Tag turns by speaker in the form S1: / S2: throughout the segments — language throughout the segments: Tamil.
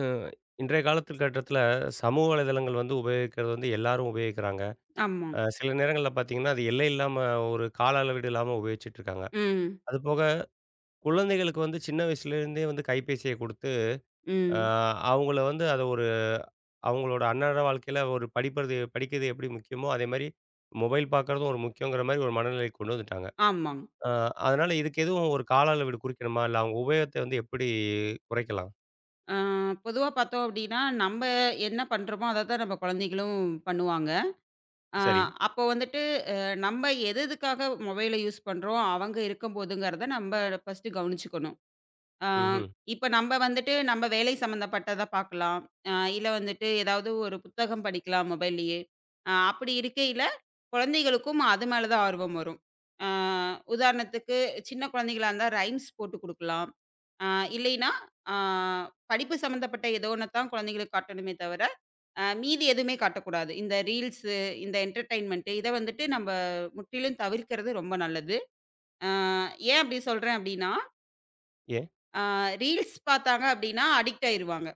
S1: ம். இன்றைய காலத்து கட்டத்தில சமூக வலைதளங்கள் உபயோகிக்கிறது எல்லாரும் உபயோகிக்கிறாங்க.
S2: ஆமா.
S1: சில நேரங்கள்ல பார்த்தீங்கன்னா, அது எல்லை இல்லாம ஒரு கால அளவீடு இல்லாம உபயோகிச்சுட்டு இருக்காங்க.
S2: ம்.
S1: அதுபோக குழந்தைகளுக்கு சின்ன வயசுலேருந்தே கைபேசிய குடுத்து, அ
S2: ம்.
S1: அவங்கள வந்து அத ஒரு அவங்களோட அன்றாட வாழ்க்கையில ஒரு படிக்கிறது எப்படி முக்கியமோ, அதேமாரி மொபைல் பார்க்குறதும் ஒரு முக்கியங்கிற மாரி ஒரு மனநிலைக்கு கொண்டு வந்துட்டாங்க.
S2: ஆமாங்க.
S1: அ அதனால இதுக்கு எதுவும் ஒரு கால அளவீடு குறிக்கணுமா? இல்ல அவங்க உபயோகத்த எப்படி குறைக்கலாம்?
S2: ஆ பொதுவா பார்த்தோம் அப்டின்னா, நம்ப என்ன பண்றோமோ, அத தான் நம்ம குழந்தைகளும் பண்ணுவாங்க. ஆ
S1: சரி.
S2: அப்போ வந்துட்டு அ நம்ம எது எதுக்காக மொபைல யூஸ் பண்றோம், அவங்க இருக்கும்போதுங்கிறத நம்ப ஃபர்ஸ்ட்டு கவனிச்சுக்கணும். ஆ
S1: ம்ஹ்ம்.
S2: இப்ப நம்ப வந்துட்டு நம்ம வேலை சம்மந்தப்பட்டத பார்க்கலாம். இல்ல வந்துட்டு ஏதாவது ஒரு புத்தகம் படிக்கலாம் மொபைல்லயே. அப்படி இருக்கையில, குழந்தைகளுக்கும் அது மேல தான் ஆர்வம் வரும். ஆ உதாரணத்துக்கு சின்ன குழந்தைகளா இருந்தா ரைம்ஸ் போட்டு குடுக்கலாம். ஆ இல்லைன்னா, ஆ படிப்பு சம்மந்தப்பட்ட ஏதோ ஒண்ண தான் குழந்தைங்களுக்கு காட்டணுமே தவிர, மீதி எதுவுமே காட்டக்கூடாது. இந்த ரீல்ஸு, இந்த என்டர்டெயின்மென்ட்டு இத வந்துட்டு நம்ப முற்றிலும் தவிர்க்கிறது ரொம்ப நல்லது. ஆ ஏன் அப்படி சொல்றேன் அப்படின்னா,
S1: ஏன்?
S2: ஆ ரீல்ஸ் பார்த்தாங்க அப்படின்னா அடிக்ட் ஆயிருவாங்க.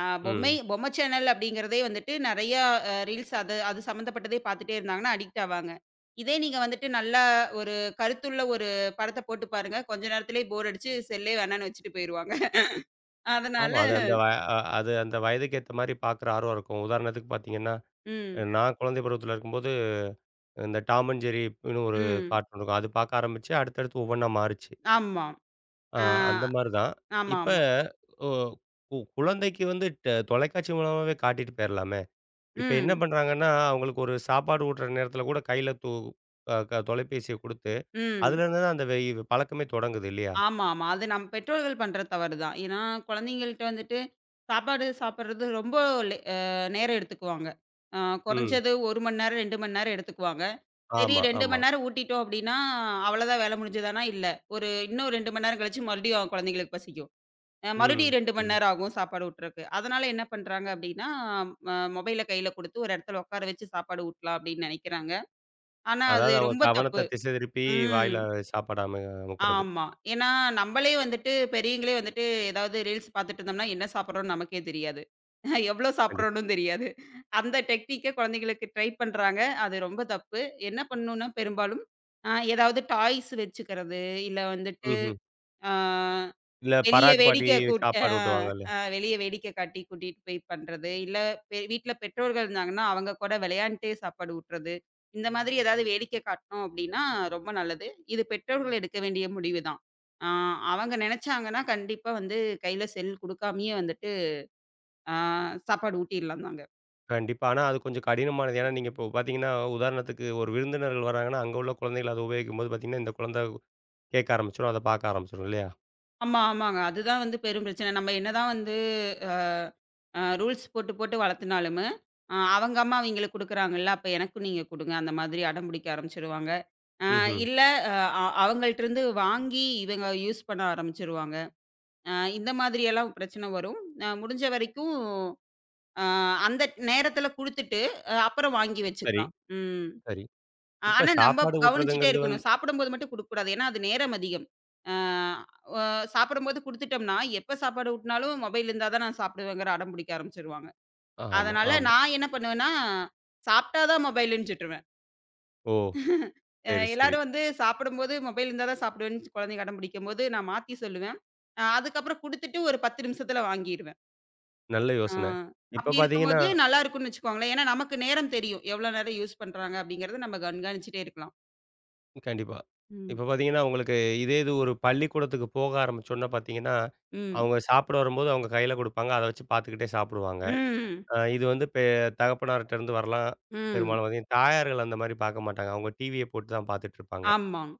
S2: பொம்மை
S1: ம்.
S2: பொம்மை சேனல் அப்படிங்கிறதே வந்துட்டு நெறையா ரீல்ஸ் அது அது சம்மந்தப்பட்டதே பார்த்துட்டே இருந்தாங்கன்னா அடிக்ட் ஆவாங்க. இதே நீங்க வந்துட்டு நல்லா ஒரு கருத்துள்ள ஒரு படத்த போட்டு பாருங்க. கொஞ்ச நேரத்திலேயே போர் அடிச்சு செல்லே வேணான்னு வச்சுட்டு போயிருவாங்க.
S1: ஆமா.
S2: அதனால
S1: அது அந்த வயதுக்கு ஏத்த மாரி பார்க்குற ஆர்வம் இருக்கும். உதாரணத்துக்கு பார்த்தீங்கன்னா,
S2: ம்.
S1: நான் குழந்தை பருவத்தில இருக்கும்போது, இந்த டாம் அண்ட் ஜெர்ரின்னு ஒரு
S2: ம்.
S1: கார்ட்டூன் இருக்கும். அது பார்க்க ஆரம்பிச்சு, அடுத்தடுத்து ஒவ்வொன்னா மாறுச்சு.
S2: ஆமா.
S1: அ
S2: ஆ.
S1: அந்த மாரி தான். இப்ப
S2: ஆமாமா.
S1: ஒ கு குழந்தைக்கு வந்து ட தொலைக்காட்சி மூலமாவே காட்டிட்டு போயிரலாமே! இப்ப என்ன
S2: ம்.
S1: பண்றாங்கன்னா, அவங்களுக்கு ஒரு சாப்பாடு ஊட்டுற நேரத்தில கூட கையில து அ க தொலைபேசிய குடுத்து,
S2: ம்.
S1: அதுலேருந்து தான் அந்த வெய் பழக்கமே தொடங்குது இல்லையா?
S2: ஆமாமா. அது நம்ம பெற்றோர்கள் பண்ற தவறு தான். ஏன்னா, குழந்தைங்கள்ட்ட வந்துட்டு சாப்பாடு சாப்பிடுறது ரொம்ப லே அ நேரம் எடுத்துக்குவாங்க. அ
S1: ம்.
S2: குறைஞ்சது 1 மணி நேரம், 2 மணி நேரம் எடுத்துக்குவாங்க. சரி
S1: ஆமா,
S2: 2
S1: ஆமா.
S2: மணி நேரம் ஊட்டிட்டோம் அப்டின்னா, அவ்வளோதான் வேலை முடிஞ்சுதான்னா, இல்ல. ஒரு இன்னும் 2 மணி நேரம் கழிச்சு மறுபடியும் குழந்தைங்களுக்கு பசிக்கும்.
S1: ம்.
S2: மறுபடியும் 2 மணி
S1: ம்.
S2: நேரம் ஆகும் சாப்பாடு ஊட்டுறக்கு. அதனால என்ன பண்றாங்க அப்டின்னா, மொபைல கையில குடுத்து ஒரு இடத்துல உட்கார வச்சு சாப்பாடு ஊட்டலாம் அப்டின்னு நெனைக்கிறாங்க. ஆனா அது
S1: அதாவது அவங்க
S2: ரொம்ப தப்பு.
S1: கவனத்த திசை திருப்பி
S2: ம்.
S1: வாயில சாப்பாடு அம அமுக்குறது.
S2: ஆமா. ஏன்னா நம்பளே வந்துட்டு பெரியவங்களே வந்துட்டு ஏதாவது ரீல்ஸ் பார்த்துட்டு இருந்தோம்னா, என்ன சாப்பிடுறோம்னு நமக்கே தெரியாது. எவ்வளோ
S1: கண்டிப்பா.
S2: சாப்பிடுறோம்ன்னும் தெரியாது. அந்த டெக்னிக்க குழந்தைகளுக்கு ட்ரை பண்றாங்க. அது ரொம்ப தப்பு. என்ன பண்ணணும்னா பெரும்பாலும், ஏதாவது டாய்ஸ் வச்சுக்கிறது, இல்ல வந்துட்டு,
S1: ம்ஹ்ம்.
S2: ஆ
S1: இல்ல
S2: வெளிய
S1: பராக் பாட்டி
S2: வேடிக்கை கூட் அ,
S1: சாப்பாடு ஊட்டுவாங்கல்ல.
S2: அ வெளிய வேடிக்கை காட்டி கூட்டிட்டு போய் பண்றது. இல்ல வீட்ல பெற்றோர்கள் இருந்தாங்கன்னா, அவங்க கூட விளையாண்ட்டு சாப்பாடு ஊட்டுறது. இந்த மாதிரி ஏதாவது வேடிக்கை காட்டினோம் அப்டின்னா, ரொம்ப நல்லது. இது பெற்றோர்கள் எடுக்க வேண்டிய முடிவு தான். ஆ அவங்க நெனச்சாங்கன்னா, கண்டிப்பா வந்து கையில செல் குடுக்காமயே வந்துட்டு, ஆ சாப்பாடு ஊட்டிர்லாம் தாங்க.
S1: கண்டிப்பா. ஆனா அது கொஞ்சம் கடினமானது. ஏன்னா நீங்க இப்போ பார்த்தீங்கன்னா, உதாரணத்துக்கு ஒரு விருந்தினர்கள் வராங்கன்னா, அங்க உள்ள குழந்தைகள் அத உபயோகிக்கும்போது பார்த்தீங்கன்னா, இந்த குழந்தை கேட்க ஆரம்பிச்சுரும். அத பார்க்க ஆரம்பிச்சுரும் இல்லையா?
S2: ஆமா, ஆமாங்க. அதுதான் வந்து பெரும் பிரச்சனை. நம்ம என்னதான் வந்து அ அ ரூல்ஸ் போட்டு, போட்டு வளர்த்துனாலுமே, அவங்க அம்மா அவங்களுக்கு குடுக்குறாங்கல்ல, அப்ப எனக்கும் நீங்க குடுங்க. அந்த மாதிரி அடம் பிடிக்க ஆரம்பிச்சுருவாங்க. அ
S1: ம்ஹ்ம்.
S2: இல்ல அ அ அவங்கள்ட்டருந்து வாங்கி இவங்க யூஸ் பண்ண ஆரம்பிச்சுருவாங்க. அ இந்த மாதிரியெல்லாம் பிரச்சனை வரும். முடிஞ்ச வரைக்கும் அ அந்த நேரத்தில குடுத்துட்டு, அப்புறம் வாங்கி
S1: சரி,
S2: வச்சுக்கலாம். ம்.
S1: சரி. இப்ப
S2: ஆனா நம்ம
S1: சாப்பாடு
S2: கவனிச்சுட்டே
S1: ஊட்டுறதுங்கிறது
S2: இருக்கணும்.
S1: வந்து
S2: சாப்பிடும்போது மட்டும் குடுக்கக்கூடாது. ஏன்னா, அது நேரம் அதிகம். அ ஒ சாப்பிடும்போது குடுத்துட்டோம்னா, எப்ப சாப்பாடு ஊட்டினாலும் மொபைல் இருந்தா தான் நான் சாப்பிடுவேங்கிற அடம் பிடிக்க ஆரம்பிச்சுருவாங்க.
S1: ஆமா,
S2: அதனால
S1: ஆமா.
S2: நான் என்ன பண்ணுவேன்னா, சாப்பிட்டா தான் மொபைலுன்னு சொல்ருவேன்.
S1: ஓ! சரி, சரி.
S2: எல்லாரும் வந்து சாப்பிடும்போது மொபைல் இருந்தா தான் சாப்பிடுவேன்னு குழந்தைங்க அடம் பிடிக்கும்போது, நான் மாத்தி சொல்லுவேன். அதுக்கப்புறம் குடுத்துட்டு ஒரு 10 நிமிஷத்துல வாங்கிருவேன்.
S1: நல்ல
S2: அ
S1: யோசனை. இப்ப
S2: அப்படி
S1: பார்த்தீங்கன்னா
S2: இருக்கும்போது நல்லா இருக்கும்னு வச்சுக்கோங்களேன். ஏன்னா நமக்கு நேரம் தெரியும். எவ்வளோ நேரம் யூஸ் பண்றாங்க அப்படிங்கிறத நம்ம கண்காணிச்சுட்டே இருக்கலாம்.
S1: கண்டிப்பா.
S2: ம்.
S1: இப்ப பார்த்தீங்கன்னா, உங்களுக்கு இது ஒரு பள்ளிக்கூடத்துக்கு போக ஆரம்பிச்சோன்ன பார்த்தீங்கன்னா,
S2: ம்.
S1: அவங்க சாப்பிட வரும்போது அவங்க கையில குடுப்பாங்க. அத வச்சு பார்த்துக்கிட்டே சாப்பிடுவாங்க.
S2: ம்.
S1: அ இது வந்து பெ தகப்பனார்ட்டருந்து வரலாம்.
S2: ம்.
S1: பெரும்பாலும் பார்த்தீங்கன்னா, தாயார்கள் அந்த மாரி பார்க்க மாட்டாங்க. அவங்க டிவிய போட்டு தான் பார்த்துட்டுருப்பாங்க.
S2: ஆமாங்க.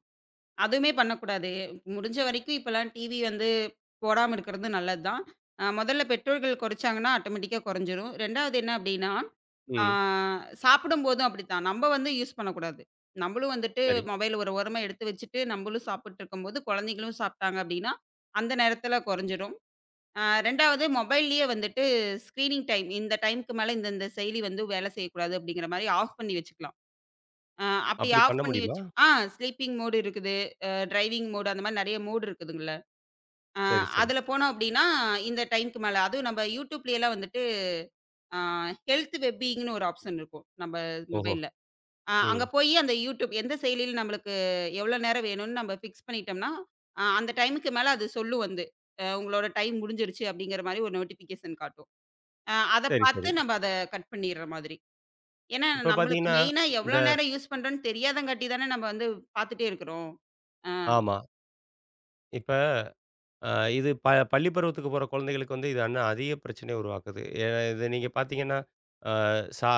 S2: அதுவுமே பண்ணக்கூடாது. முடிஞ்ச வரைக்கும் இப்பலாம் டிவி வந்து போடாம இருக்கிறது நல்லது தான். முதல்ல பெற்றோர்கள் குறைச்சாங்கன்னா, ஆட்டோமேட்டிக்கா குறைஞ்சிரும். 2வது என்ன அப்டின்னா, ஆ
S1: ம்.
S2: சாப்பிடும்போதும் அப்படித்தான். நம்ம வந்து யூஸ் பண்ணக்கூடாது. நம்மளும் வந்துட்டு
S1: சரி.
S2: மொபைல் ஒரு ஓரமா எடுத்து வச்சுட்டு, நம்மளும் சாப்பிட்டு இருக்கும்போது, குழந்தைகளும் சாப்பிட்டாங்க அப்படின்னா, அந்த நேரத்தில குறைஞ்சிரும். 2வது மொபைல்லயே வந்துட்டு ஸ்க்ரீனிங் டைம் இந்த டைம்க்கு மேல இந்த இந்த செயலி வந்து வேலை செய்யக்கூடாது அப்படிங்கிற மாரி ஆஃப் பண்ணி வச்சுக்கலாம். அ அப்படி
S1: அப்படி பண்ண
S2: ஆஃப் பண்ணி
S1: முடியுமா?
S2: வச்சு ஆ ஸ்லீப்பிங் மோடு இருக்குது. டிரைவிங் மோடு அந்த மாதிரி நெறைய மோடு இருக்குதுங்கல்ல. அ
S1: சரி, சரி.
S2: அதுல போனோம் அப்டின்னா, இந்த டைம்க்கு மேல அதுவும் நம்ம யூடியூப்லலாம் வந்துட்டு அ ஹெல்த் வெல்பீயிங்ன்னு ஒரு ஆப்ஷன் இருக்கும். நம்ம
S1: ஓஹோ!
S2: மொபைல்ல.
S1: ம்.
S2: அங்க போயி அந்த யூடியூப் எந்த செயலியில நம்மளுக்கு எவ்வளோ நேரம் வேணும்னு நம்ம ஃபிக்ஸ் பண்ணிட்டோம்னா, அந்த டைமுக்கு மேல அது சொல்லும் வந்து. உங்களோட டைம் முடிஞ்சிருச்சு அப்டிங்கிற மாரி ஒரு நோட்டிஃபிகேஷன் காட்டும். அத
S1: சரி,
S2: பார்த்து
S1: சரி.
S2: நம்ம அத கட் பண்ணிர்ற மாதிரி. ஏன்னா
S1: இப்ப
S2: நம்மளுக்கு
S1: பார்த்தீங்கன்னா,
S2: மெயினா
S1: இந்த
S2: எவ்வளோ நேரம் யூஸ் பண்றோம்ன்னு தெரியாதங்காட்டி தானே நம்ம வந்து பார்த்துட்டே இருக்கிறோம். அ.
S1: ஆமா. இப்ப அ இது பள்ளி பருவத்துக்கு போற குழந்தைகளுக்கு இது இன்னும் அதிக பிரச்சனைய உருவாக்குது. இது நீங்க பார்த்தீங்கன்னா, அ சா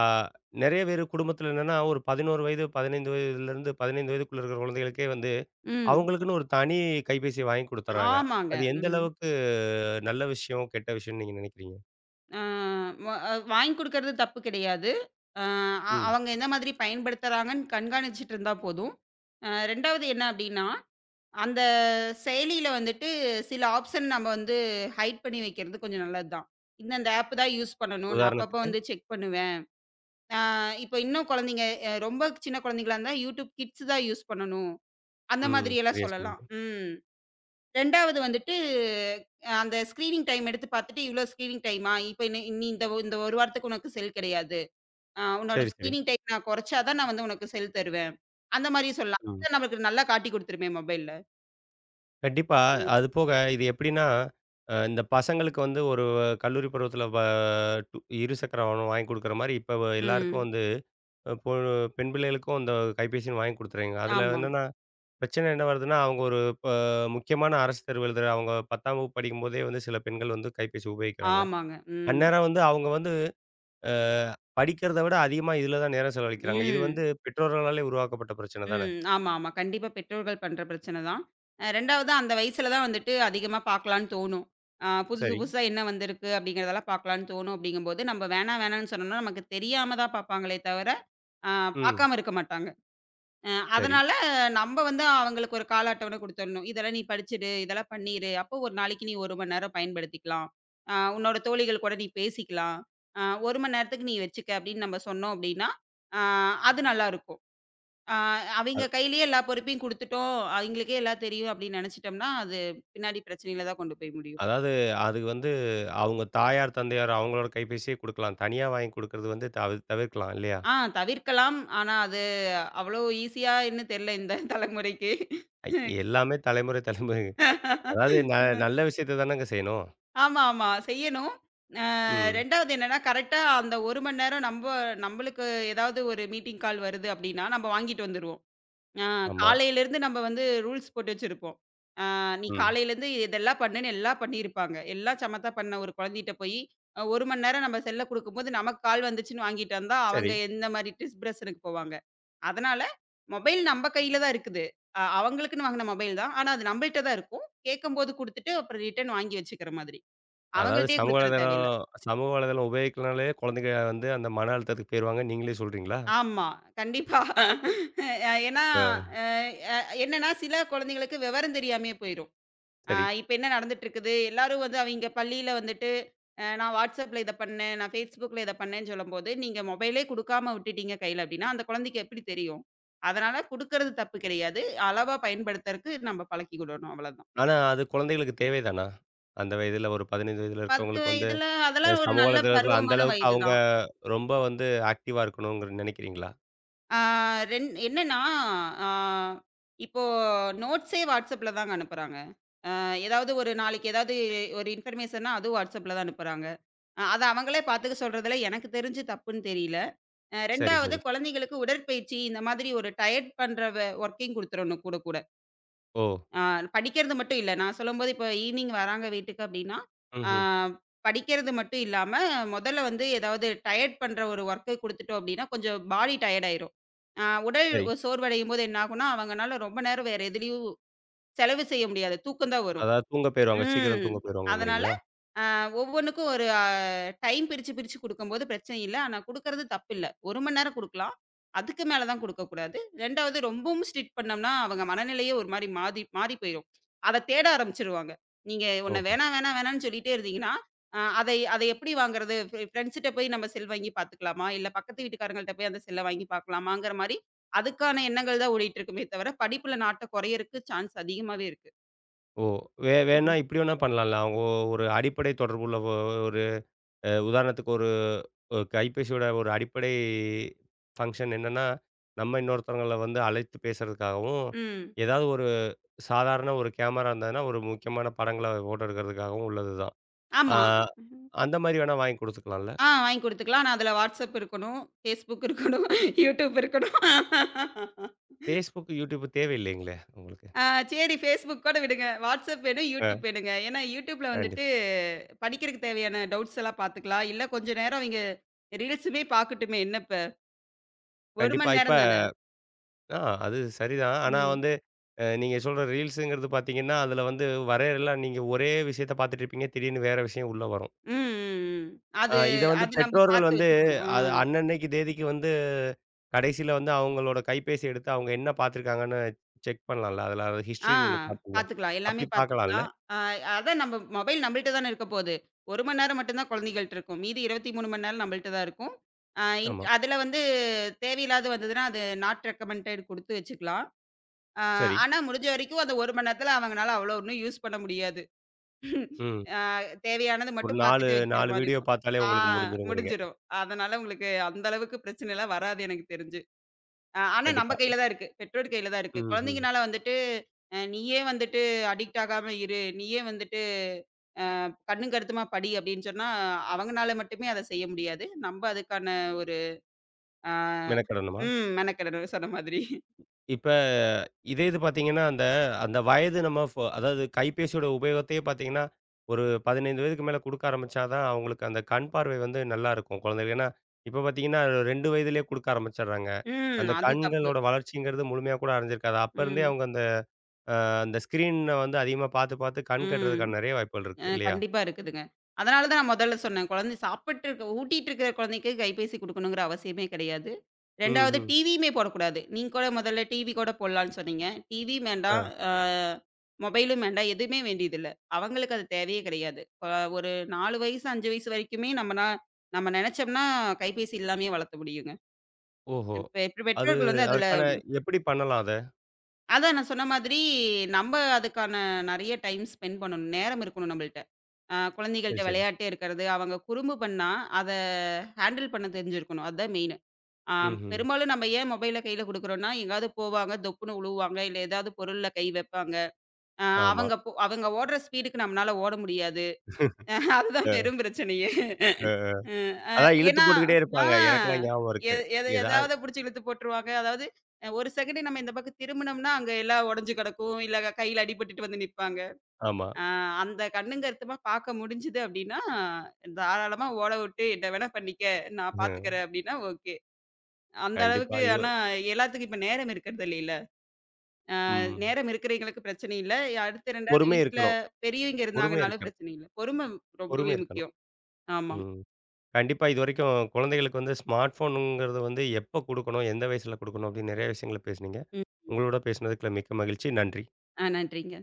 S1: நெறைய பேரு குடும்பத்தில என்னன்னா, ஒரு 11 வயது, 15 வயதுக்குள்ள இருக்கிற குழந்தைகளுக்கே
S2: ம்.
S1: அவங்களுக்குன்னு ஒரு தனி கைபேசிய வாங்கி குடுத்துர்றாங்க.
S2: ஆமாங்க.
S1: அது எந்த
S2: ம்.
S1: அளவுக்கு நல்ல விஷயம், கெட்ட விஷயம்னு நீங்க நினைக்கிறீங்க?
S2: ஆ வ வாங்கி குடுக்கறது தப்பு கிடையாது. ஆ அ
S1: ம்.
S2: அவங்க எந்த மாதிரி பயன்படுத்துறாங்கன்னு கண்காணிச்சுட்டு இருந்தா போதும். 2வது என்ன அப்டின்னா, அந்த செயலியில வந்துட்டு சில ஆப்ஷன் நம்ம வந்து ஹைட் பண்ணி வைக்கிறது கொஞ்சம் நல்லது தான். இந்தந்த ஆப் தான் யூஸ் பண்ணணும். நான் அப்பப்போ
S1: உதாரணத்துக்கு?
S2: வந்து செக் பண்ணுவேன். ஆ இப்போ இன்னும் குழந்தைங்க ரொம்ப சின்ன குழந்தைங்களா இருந்தா, YouTube Kids தான் யூஸ் பண்ணணும். அந்த
S1: ம்.
S2: மாதிரி எல்லாம்
S1: சரியா
S2: சொல்லலாம்.
S1: சொன்னீங்க.
S2: ம். 2வது வந்துட்டு, அந்த ஸ்க்ரீனிங் டைம் எடுத்து பார்த்துட்டு, இவ்ளோ ஸ்க்ரீனிங் டைமா? இப்ப நீ நீ இந்த 1 வாரத்துக்கு உனக்கு செல் கிடையாது. உன்னோட
S1: சரி, சரி.
S2: ஸ்க்ரீனிங் டைம் நான் குறைச்சா தான் நான் வந்து உனக்கு செல் தருவேன். அந்த மாரி சொல்லலாம்.
S1: ம்.
S2: அத நமக்கு நல்லா காட்டிக் குடுத்துருமே மொபைல்ல.
S1: கண்டிப்பா. அது போக இது எப்படின்னா, இந்த பசங்களுக்கு ஒரு கல்லூரி பருவத்தில வ டு இருசக்கர வாகனம் வாங்கி குடுக்குற மாரி இப்ப எல்லாருக்கும்
S2: ம்.
S1: வந்து அ பொ பெண் பிள்ளைகளுக்கும் அந்த கைபேசின்னு வாங்கி குடுத்துறீங்க. அதில
S2: ஆமாங்க.
S1: என்னன்னா, பிரச்சனை என்ன வருதுன்னா, அவங்க ஒரு ப முக்கியமான அரசு தேர்வு எழுதுற அவங்க 10ஆம் வகுப்பு படிக்கும்போதே சில பெண்கள் கைபேசி உபயோகிக்கிறாங்க.
S2: ஆமாங்க. ம்.
S1: அந்நேரம் அவங்க வந்து அ படிக்கிறத விட அதிகமா இதில தான் நேரம் செலவழிக்கிறாங்க. இது
S2: ம்.
S1: பெற்றோர்களாலே உருவாக்கப்பட்ட பிரச்சனை தானே?
S2: ம். ஆமா, ஆமா. கண்டிப்பா பெற்றோர்கள் பண்ற பிரச்சனை தான். 2வது அந்த வயசுல தான் வந்துட்டு அதிகமா பார்க்கலான்னு தோணும். புதுசு
S1: சரி.
S2: புதுசா என்ன வந்திருக்கு? அப்படிங்கிறதெல்லாம் பார்க்கலான்னு தோணும். அப்படிங்கும்போது, நம்ம வேணாம் வேணான்னு சொன்னோம்னா, நமக்கு தெரியாம தான் பார்ப்பாங்களே தவிர ஆ
S1: ம்.
S2: பாக்காம இருக்க மாட்டாங்க. அ
S1: சரி.
S2: அதனால நம்ப வந்து அவங்களுக்கு ஒரு கால அட்டவணை குடுத்துரணும். இதெல்லாம் நீ படிச்சுடு, இதெல்லாம் பண்ணிரு. அப்போ ஒரு நாளைக்கு நீ 1 மணி நேரம் பயன்படுத்திக்கலாம். உன்னோட தோழிகள் கூட நீ பேசிக்கலாம். அ 1 மணி நேரத்துக்கு நீ வச்சுக்க அப்படின்னு நம்ம சொன்னோம் அப்படின்னா, அ அது நல்லாருக்கும். அ அவைங்க கையிலேயே எல்லா பொறுப்பையும் குடுத்துட்டோம், அவைங்களுக்கே எல்லாம் தெரியும் அப்படின்னு நெனச்சுட்டோம்னா, அது பின்னாடி பிரச்சனையில தான் கொண்டு போய் முடியும்.
S1: அதாவது அது வந்து அவங்க தாயார், தந்தையார் அவங்களோட கைபேசியே குடுக்கலாம். தனியா வாங்கி குடுக்கறது தவிர்க்கலாம் இல்லையா?
S2: தவிர்க்கலாம். ஆனா அது அவ்வளோ ஈஸியான்னு தெரியல இந்த தலைமுறைக்கு.
S1: ஐ- எல்லாமே தலைமுறை தலைமுறை அதாவது ந நல்ல விஷயத்த தானங்க செய்யணும்.
S2: ஆமா, ஆமா. செய்யணும். அ
S1: ம்.
S2: 2வது என்னன்னா, கரெக்ட்டா அந்த 1 மணி நேரம் நம்ப நம்பளுக்கு ஏதாவது ஒரு மீட்டிங் கால் வருது அப்டின்னா, நம்ம வாங்கிட்டு வந்துருவோம். அ
S1: ஆமா.
S2: காலையிலேருந்து நம்ம வந்து ரூல்ஸ் போட்டு வச்சிருப்போம். அ நீ
S1: ம்.
S2: காலையிலேருந்து இதெல்லாம் பண்ணுன்னு எல்லாம் பண்ணியிருப்பாங்க. எல்லாம் சமத்தா பண்ண ஒரு குழந்தைட்ட போய், 1 மணி நேரம் நம்ம செல்ல குடுக்கும்போது, நமக்கு கால் வந்துச்சுன்னு வாங்கிட்டு வந்தா, அவங்க
S1: சரி.
S2: எந்த மாரி டிஸ்பிரஷனுக்கு போவாங்க. அதனால மொபைல் நம்ம கையில தான் இருக்குது. அவங்களுக்குன்னு வாங்குன மொபைல் தான். ஆனா, அது நம்பள்ட்ட தான் இருக்கும். கேட்கும்போது குடுத்துட்டு, அப்புறம் ரிட்டர்ன் வாங்கி வச்சுக்கிற மாதிரி.
S1: அதாவது
S2: அவங்கள்ட்டயே குடுத்துற தேவையில்ல.
S1: சமூக வலைதளம் உபயோகிக்கனாலே குழந்தைங்க அந்த மன அழுத்தத்துக்கு போயிருவாங்க, நீங்களே சொல்றீங்களா?
S2: ஆமா. கண்டிப்பா. ஏன்னா,
S1: ஆ
S2: அ அ என்னன்னா சில குழந்தைங்களுக்கு விவரம் தெரியாமயே போயிரும். அ
S1: சரி.
S2: இப்ப என்ன நடந்துட்டுருக்குது, எல்லாரும் வந்து அவைங்க பள்ளியில வந்துட்டு, நான் WhatsAppல இத பண்ணேன், நான் Facebookல இத பண்ணேன்னு சொல்லும்போது, நீங்க மொபைலே குடுக்காம விட்டுட்டீங்க கையில அப்டின்னா, அந்த குழந்தைக்கு எப்படி தெரியும்? அதனால குடுக்கறது தப்பு கிடையாது. அளவா பயன்படுத்துறக்கு நம்ம பழக்கிக் விடணும் அவ்வளதான்.
S1: ஆனா அது குழந்தைகளுக்கு தேவை தானா? அந்த வயதில ஒரு 15 வயதில
S2: 10
S1: இருக்கிறவங்களுக்கு வந்து
S2: வயதுல
S1: அ
S2: அதெல்லாம் ஒரு
S1: சமூக
S2: நல்ல
S1: வலைதளத்தில அந்த
S2: பருவமான
S1: அளவுக்கு
S2: வயது
S1: அவங்க
S2: தான்.
S1: ரொம்ப ஆக்டிவா இருக்கணுங்கிற நினைக்கிறீங்களா?
S2: ஆ, ரெண் என்னன்னா, ஆ இப்போ நோட்ஸே WhatsAppல தாங்க அனுப்புறாங்க. ஏதாவது ஒரு நாளைக்கு ஏதாவது ஒரு இன்ஃபர்மேஷன்னா, அதுவும் WhatsAppல தான் அனுப்புறாங்க. அத அவங்களே பார்த்துக்க சொல்றதுல எனக்கு தெரிஞ்சு தப்புன்னு தெரியல.
S1: சரி,
S2: 2வது
S1: சரி.
S2: குழந்தைங்களுக்கு உடற்பயிற்சி இந்த மாதிரி ஒரு டயர்ட் பண்ற வொர்க்கிங் குடுத்துறணும் கூட கூட.
S1: ஓ!
S2: ஆ படிக்கிறது மட்டும் இல்ல. நான் சொல்லும்போது இப்போ ஈவ்னிங் வராங்க வீட்டுக்கு அப்டின்னா, ஆ
S1: ம்ஹ்ம்.
S2: படிக்கிறது மட்டும் இல்லாம, முதல்ல வந்து ஏதாவது டயர்ட் பண்ற ஒரு வொர்க்கு குடுத்துட்டோம் அப்டின்னா, கொஞ்சம் பாடி டயர்ட் ஆயிரும். ஆ உடல்
S1: சரி.
S2: சோர்வடையும்போது என்ன ஆகும்னா, அவங்கனால ரொம்ப நேரம் வேற எதுலயும் செலவு செய்ய முடியாது. தூக்கம் தான் வரும்.
S1: அதாவது தூங்க போயிருவாங்க. சீக்கிரம்
S2: ம்.
S1: தூங்க
S2: அதனால
S1: போயிருவாங்கங்கிறீங்களா?
S2: ஆ ஒவ்வொன்னுக்கும் ஒரு டைம் பிரிச்சு, பிரிச்சு குடுக்கும்போது பிரச்சனை இல்ல. ஆனா குடுக்குறது தப்பில்ல. 1 மணி நேரம் குடுக்கலாம். அதுக்கு மேல தான் குடுக்கக்கூடாது. 2வது ரொம்பவும் ஸ்ட்ரிக்ட் பண்ணோம்னா, அவங்க மனநிலையே ஒரு மாரி மாறி போயிரும். அத தேட ஆரம்பிச்சுருவாங்க. நீங்க உன்ன
S1: ஓஹோ!
S2: வேணாம், வேணாம், வேணான்னு சொல்லிட்டே இருந்தீங்கன்னா, அ அதை அத எப்படி வாங்குறது? ஃப்ரெண்ட்ஸ்ட்ட போய் நம்ம செல் வாங்கி பார்த்துக்கலாமா? இல்ல பக்கத்து வீட்டுக்காரங்கள்ட்ட போய் அந்த செல்ல வாங்கி பார்க்கலாமாங்கிற மாரி, அதுக்கான எண்ணங்கள் தான் ஓடிட்டு இருக்குமே தவிர, படிப்புல நாட்டம் குறையறக்கு சான்ஸ் அதிகமாவே இருக்கு.
S1: ஓ! வேணா
S2: ம்ஹ்ம்.
S1: இப்படி வேணா பண்ணலாம்ல. அவங்க ஒரு அடிப்படை தொடர்புள்ள ஒ ஒரு உதாரணத்துக்கு ஒரு அ கைபேசியோட ஒரு அடிப்படை ஃபங்ஷன் என்னன்னா, நம்ம இன்னொருத்தவங்கள அழைத்து பேசுறதுக்காகவும்,
S2: ம்.
S1: ஏதாவது ஒரு சாதாரண ஒரு கேமரா இருந்ததுன்னா, ஒரு முக்கியமான படங்கள ஃபோட்டோ எடுக்கிறதுக்காகவும் உள்ளது தான். ஆ
S2: ஆமா.
S1: அந்த மாரி வேணா வாங்கி குடுத்துக்கலாம்ல?
S2: வாங்கி குடுத்துக்கலாம். ஆனா அதில WhatsApp இருக்கணும், Facebook இருக்கணும், YouTube இருக்கணும்.
S1: Facebook, YouTube தேவையில்லைங்களே உங்களுக்கு?
S2: ஆ சரி Facebook கூட விடுங்க. WhatsApp வேணும்,
S1: அ
S2: YouTube வேணுங்க. ஏன்னா YouTubeல
S1: கண்டிப்
S2: வந்துட்டு படிக்கிறக்கு தேவையான டவுட்ஸ் எல்லாம் பார்த்துக்கலாம். இல்ல கொஞ்ச நேரம் அவிங்க ரீல்ஸுமே பார்க்கட்டுமே என்ன இப்ப? 1
S1: கண்டிப்பா.
S2: மணி
S1: இப்ப
S2: நேரம் தானே.
S1: ஆ அது சரிதான். ஆனா
S2: ம்.
S1: வந்து அ நீங்க சொல்ற ரீல்ஸுங்கிறது பார்த்தீங்கன்னா, அதில வரையறலாம் நீங்க ஒரே விஷயத்த பார்த்துட்டு இருப்பீங்க. திடீர்னு வேற விஷயம் உள்ள வரும்.
S2: ம், ம், ம்.
S1: ஆ
S2: அது
S1: இத
S2: அது நம்ம
S1: பெற்றோர்கள்
S2: பார்த்து வச்சுக்கணும்.
S1: அது அன்னன்னைக்கு தேதிக்கு கடைசியில அவங்களோட கைபேசி எடுத்து அவங்க என்ன பார்த்துருக்காங்கன்னு செக் பண்ணலாம்ல. அதில அது
S2: ஆ
S1: ஹிஸ்டரின்னு ஒண்ணு காட்டும்ல.
S2: பாத்துக்கலாம். எல்லாமே
S1: அப்படி பார்க்கலாம்ல?
S2: பாத்துக்கலாம். அ அதான் நம்ம மொபைல் நம்மள்ட்ட தானே இருக்க போது. 1 மணி நேரம் மட்டும் தான் குழந்தைகள்ட்ட இருக்கும். மீதி 23 மணி நேரம் நம்மள்ட்ட தான் இருக்கும். அ இன்
S1: ஆமா.
S2: அதுல வந்து தேவையில்லாது வந்ததுன்னா, அது நாட் ரெக்கமெண்டட் குடுத்து வச்சுக்கலாம். அ
S1: சரி.
S2: ஆனா முடிஞ்ச வரைக்கும் அந்த 1 மணி நேரத்துல அவங்கனால அவ்வளோ ஒண்ணும் யூஸ் பண்ண முடியாது.
S1: ம்.
S2: அ தேவையானது
S1: ஒரு
S2: மட்டும் பாத்துட்டு வச்சுற
S1: 4
S2: மாரி
S1: வீடியோ
S2: இருக்கும்.
S1: பார்த்தாலே
S2: ஆ
S1: உங்களுக்கு முடிஞ்சிருங்கிறீங்க.
S2: முடிஞ்சிரும். அதனால உங்களுக்கு அந்த அளவுக்கு பிரச்சனைலாம் வராது எனக்கு தெரிஞ்சு. ஆனா நம்ம
S1: கண்டிப்பா.
S2: கையில தான் இருக்கு. பெற்றோர் கையில தான் இருக்கு.
S1: ம்ஹ்ம்.
S2: குழந்தைங்கனால வந்துட்டு, "நீயே வந்துட்டு அடிக்ட் ஆகாம இரு. நீயே வந்துட்டு கண்ணும் கருத்துமா படி" அப்படின்னு சொன்னா, அவங்கனால மட்டுமே அத செய்ய முடியாது. நம்ப அதுக்கான ஒரு ஆ
S1: மெனக்கெடணுமா?
S2: ம் மெனக்கெடணும், சொன்ன மாதிரி.
S1: இப்ப இது பார்த்தீங்கன்னா, அந்த அந்த வயது நம்ம அதாவது கைபேசியோட உபயோகத்தையே பார்த்தீங்கன்னா, ஒரு 15 வயதுக்கு மேல குடுக்க ஆரம்பிச்சா தான் அவங்களுக்கு அந்த கண் பார்வை நல்லாருக்கும் குழந்தைகளுக்கு. ஏன்னா, இப்ப பார்த்தீங்கன்னா 2 வயதிலேயே குடுக்க ஆரம்பிச்சடுறாங்க.
S2: ம்.
S1: அந்த
S2: அது தப்பு.
S1: கண்களோட வளர்ச்சிங்கிறது முழுமையா கூட அடைஞ்சிருக்காது. அப்ப இருந்தே
S2: ம்.
S1: அவங்க அ அந்த ஸ்க்ரீன அதிகமா பார்த்து, பார்த்து கண்
S2: ம்.
S1: கெட்றதுக்கான நெறைய வாய்ப்புகள் இருக்கு இல்லையா?
S2: கண்டிப்பா இருக்குதுங்க. அதனால தான் நான் முதல்ல சொன்னேன். குழந்தை சாப்பிட்டு இருக்க ஊட்டிட்டு இருக்கிற குழந்தைக்கு கைபேசி குடுக்கணுங்கிற அவசியமே கிடையாது. 2வது
S1: ம்ஹ்ம்.
S2: டிவியுமே போடக்கூடாது. நீங்க கூட முதல்ல டிவி கூட போடலான்னு சொன்னீங்க. டிவியும்
S1: ஆ.
S2: வேண்டாம், அ மொபைலும் வேண்டாம். எதுவுமே வேண்டியதில்ல. அவங்களுக்கு அது தேவையே கிடையாது. அ ஒரு 4 வயசு, 5 வயசு வரைக்குமே நம்மனா நம்ம நினைச்சோம்னா கைபேசி இல்லாமயே வளர்த்த முடியுங்க.
S1: ஓஹோ!
S2: இப்ப
S1: அது
S2: பெற்றோர்கள் வந்து அதுல
S1: அதற்கான எப்படி பண்ணலாம் அத?
S2: அதான் நான் சொன்ன மாதிரி, நம்ப அதுக்கான நெறைய டைம் ஸ்பெண்ட் பண்ணணும். நேரம் இருக்கணும் நம்பள்ட்ட.
S1: சரி,
S2: குழந்தைகள்ட்ட
S1: சரி.
S2: விளையாட்டே இருக்கிறது, அவங்க குறும்பு பண்ணா, அத ஹேண்டில் பண்ண தெரிஞ்சிருக்கணும். அதான் மெயினு. அ
S1: ம்ஹ்ம்.
S2: பெரும்பாலும் நம்ம ஏன் மொபைல கையில குடுக்குறோம்னா, எங்கேயாவது போவாங்க, தொப்புன்னு உழுவுவாங்க, இல்ல ஏதாவது பொருள்ல கை வைப்பாங்க. அ
S1: ஆமா.
S2: அவங்க போ அவங்க ஓடுற ஸ்பீடுக்கு நம்மனால ஓட முடியாது. அதுதான்
S1: அ,
S2: பெரும் பிரச்சனையே.
S1: அ.
S2: ம்.
S1: அதான் இழுத்து
S2: ஏன்னா
S1: போட்டுக்கிட்டே
S2: ஆ
S1: இருப்பாங்க. எனக்கெல்லாம் ஞாபகம்
S2: எ
S1: இருக்கு.
S2: எத
S1: ஏதாவது
S2: எதாவது புடிச்சு இழுத்து போட்டுருவாங்க. அதாவது ஒரு செகண்ட் நம்ம இந்த பக்கம் திரும்புனோம்னா, அங்க எல்லாம் உடைஞ்சு கிடக்கும். இல்ல கையில அடிபட்டுட்டு வந்து நிப்பாங்க.
S1: ஆமா.
S2: ஆ அந்த கண்ணுங்கருத்துமா பார்க்க முடிஞ்சுது அப்டின்னா, தாராளமா ஓட விட்டு என்ன வேணா பண்ணிக்க, நான்
S1: ம்.
S2: பார்த்துக்கிறேன் அப்டின்னா ஓகே. அந்த
S1: கண்டிப்பா.
S2: அளவுக்கு
S1: இது
S2: ஆனா எல்லாத்துக்கும் இப்ப நேரம் இருக்கிறது இல்லைல்ல.
S1: ம்.
S2: நேரம் இருக்கிறவைங்களுக்கு பிரச்சனை இல்ல. அடுத்து 2வது
S1: பொறுமை
S2: வீட்ல
S1: இருக்கணும்.
S2: பெரியவங்க
S1: பொறுமை
S2: இருந்தாங்கனாலும்
S1: இருக்கணும்.
S2: பிரச்சனை இல்ல. பொறும
S1: பொறுமை
S2: ரொம்பவே
S1: இருக்கணும்.
S2: முக்கியம். ஆமா.
S1: ம். கண்டிப்பா இதுவரைக்கும் குழந்தைகளுக்கு ஸ்மார்ட் ஃபோனுங்கிறது எப்ப குடுக்கணும், எந்த வயசுல குடுக்கணும் அப்படின்னு நெறைய விஷயங்கள பேசுனீங்க.
S2: ம்.
S1: உங்களோட பேசுனதுக்குல மிக்க மகிழ்ச்சி. நன்றி.
S2: நன்றிங்க.